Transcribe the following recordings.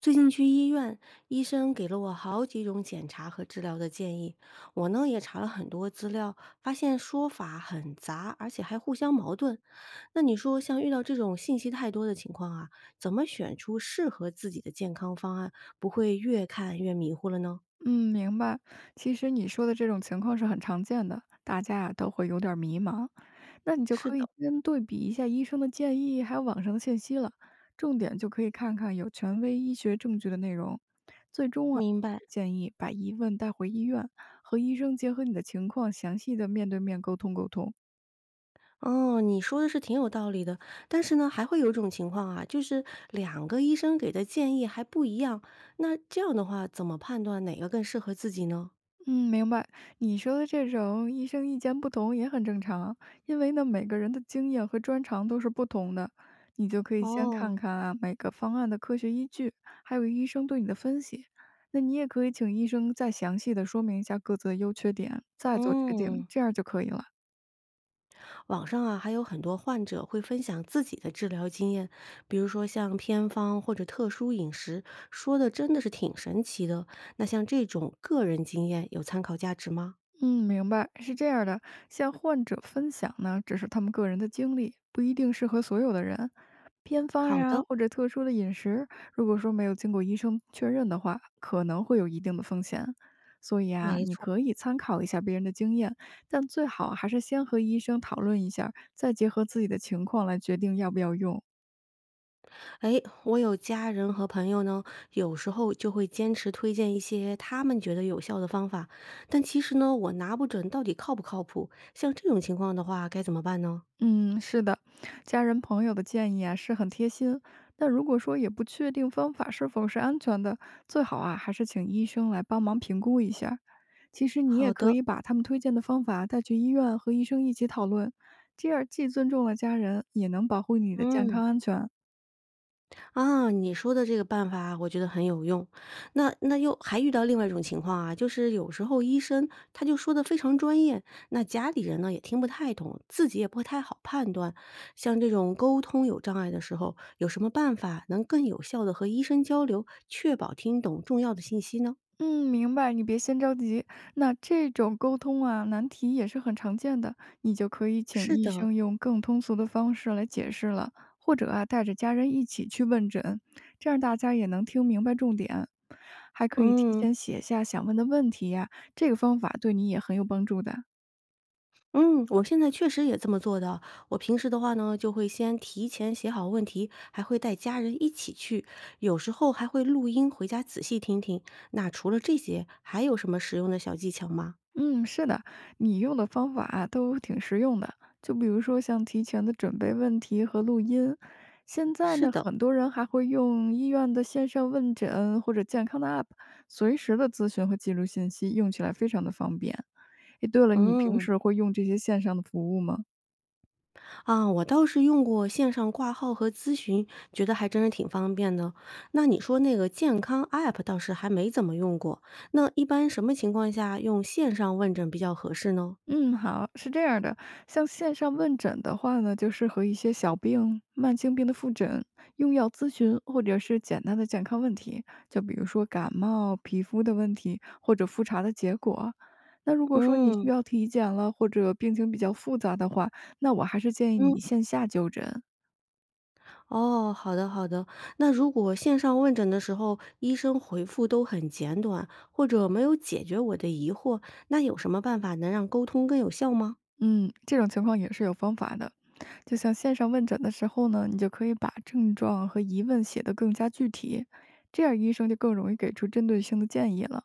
最近去医院，医生给了我好几种检查和治疗的建议，我呢也查了很多资料，发现说法很杂，而且还互相矛盾。那你说，像遇到这种信息太多的情况啊，怎么选出适合自己的健康方案，不会越看越迷糊了呢？嗯，明白。其实你说的这种情况是很常见的，大家啊都会有点儿迷茫。那你就是可的，以先对比一下医生的建议，还有网上的信息了，重点就可以看看有权威医学证据的内容。最终啊，明白。建议把疑问带回医院，和医生结合你的情况，详细的面对面沟通。哦，你说的是挺有道理的，但是呢，还会有一种情况啊，就是两个医生给的建议还不一样，那这样的话，怎么判断哪个更适合自己呢？嗯，明白。你说的这种医生意见不同也很正常，因为呢，每个人的经验和专长都是不同的。你就可以先哦，看看啊每个方案的科学依据，还有医生对你的分析。那你也可以请医生再详细的说明一下各自的优缺点，再做决定，嗯，这样就可以了。网上啊，还有很多患者会分享自己的治疗经验，比如说像偏方或者特殊饮食，说的真的是挺神奇的。那像这种个人经验有参考价值吗？嗯，明白，是这样的，向患者分享呢，只是他们个人的经历，不一定适合所有的人。偏方好呀，的，或者特殊的饮食，如果说没有经过医生确认的话，可能会有一定的风险。所以啊，没你错。可以参考一下别人的经验，但最好还是先和医生讨论一下再结合自己的情况来决定要不要用。哎，我有家人和朋友呢，有时候就会坚持推荐一些他们觉得有效的方法，但其实呢，我拿不准到底靠不靠谱。像这种情况的话，该怎么办呢？嗯，是的，家人朋友的建议啊是很贴心，但如果说也不确定方法是否是安全的，最好啊还是请医生来帮忙评估一下。其实你好也可的，以把他们推荐的方法带去医院和医生一起讨论，这样既尊重了家人，也能保护你的健嗯。康安全。啊，你说的这个办法我觉得很有用。那又还遇到另外一种情况啊，就是有时候医生他就说的非常专业，那家里人呢也听不太懂，自己也不太好判断。像这种沟通有障碍的时候，有什么办法能更有效的和医生交流，确保听懂重要的信息呢？嗯，明白，你别先着急。那这种沟通啊，难题也是很常见的，你就可以请是医的，生用更通俗的方式来解释了，或者啊，带着家人一起去问诊，这样大家也能听明白重点。还可以提嗯。前写下想问的问题呀、这个方法对你也很有帮助的。嗯，我现在确实也这么做的。我平时的话呢，就会先提前写好问题，还会带家人一起去，有时候还会录音回家仔细听听。那除了这些，还有什么实用的小技巧吗？嗯，是的，你用的方法啊都挺实用的。就比如说像提前的准备问题和录音，现在是呢，的，很多人还会用医院的线上问诊或者健康的 App，随时的咨询和记录信息，用起来非常的方便。诶，对了，你平嗯，时会用这些线上的服务吗？啊，我倒是用过线上挂号和咨询，觉得还真是挺方便的。那你说那个健康 App 倒是还没怎么用过，那一般什么情况下用线上问诊比较合适呢？嗯，好，是这样的，像线上问诊的话呢，就适合一些小病、慢性病的复诊、用药咨询，或者是简单的健康问题，就比如说感冒、皮肤的问题，或者复查的结果。那如果说你需嗯要体检了，或者病情比较复杂的话，那我还是建议嗯。你线下就诊。哦，好的好的。那如果线上问诊的时候，医生回复都很简短，或者没有解决我的疑惑，那有什么办法能让沟通更有效吗？嗯，这种情况也是有方法的。就像线上问诊的时候呢，你就可以把症状和疑问写得更加具体，这样医生就更容易给出针对性的建议了。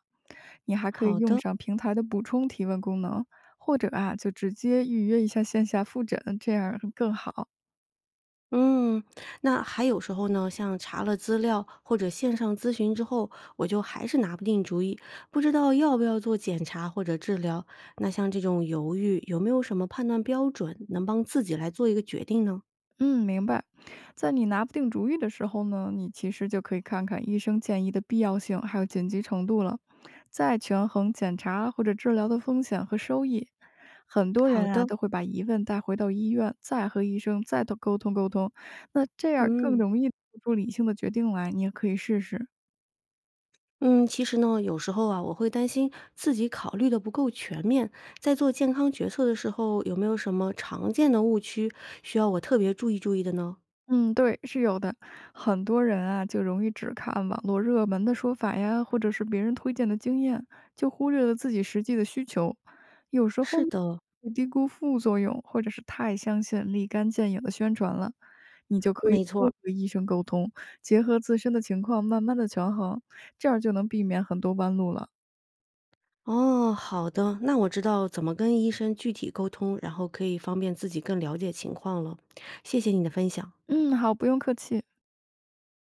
你还可以好用的，上平台的补充提问功能，或者啊，就直接预约一下线下复诊，这样更好。嗯，那还有时候呢，像查了资料或者线上咨询之后，我就还是拿不定主意，不知道要不要做检查或者治疗。那像这种犹豫，有没有什么判断标准能帮自己来做一个决定呢？嗯，明白。在你拿不定主意的时候呢，你其实就可以看看医生建议的必要性还有紧急程度了，再权衡检查或者治疗的风险和收益。很多好人啊的，都会把疑问带回到医院，再和医生再沟通，那这样更嗯。容易做出理性的决定来。你也可以试试。嗯，其实呢，有时候啊，我会担心自己考虑的不够全面，在做健康决策的时候，有没有什么常见的误区需要我特别注意注意的呢？嗯，对，是有的。很多人啊，就容易只看网络热门的说法呀，或者是别人推荐的经验，就忽略了自己实际的需求。有时候是呢的，会低估副作用，或者是太相信立竿见影的宣传了。你就可以没错多儿。和医生沟通，结合自身的情况，慢慢的权衡，这样就能避免很多弯路了。哦，好的，那我知道怎么跟医生具体沟通，然后可以方便自己更了解情况了。谢谢你的分享。嗯，好，不用客气。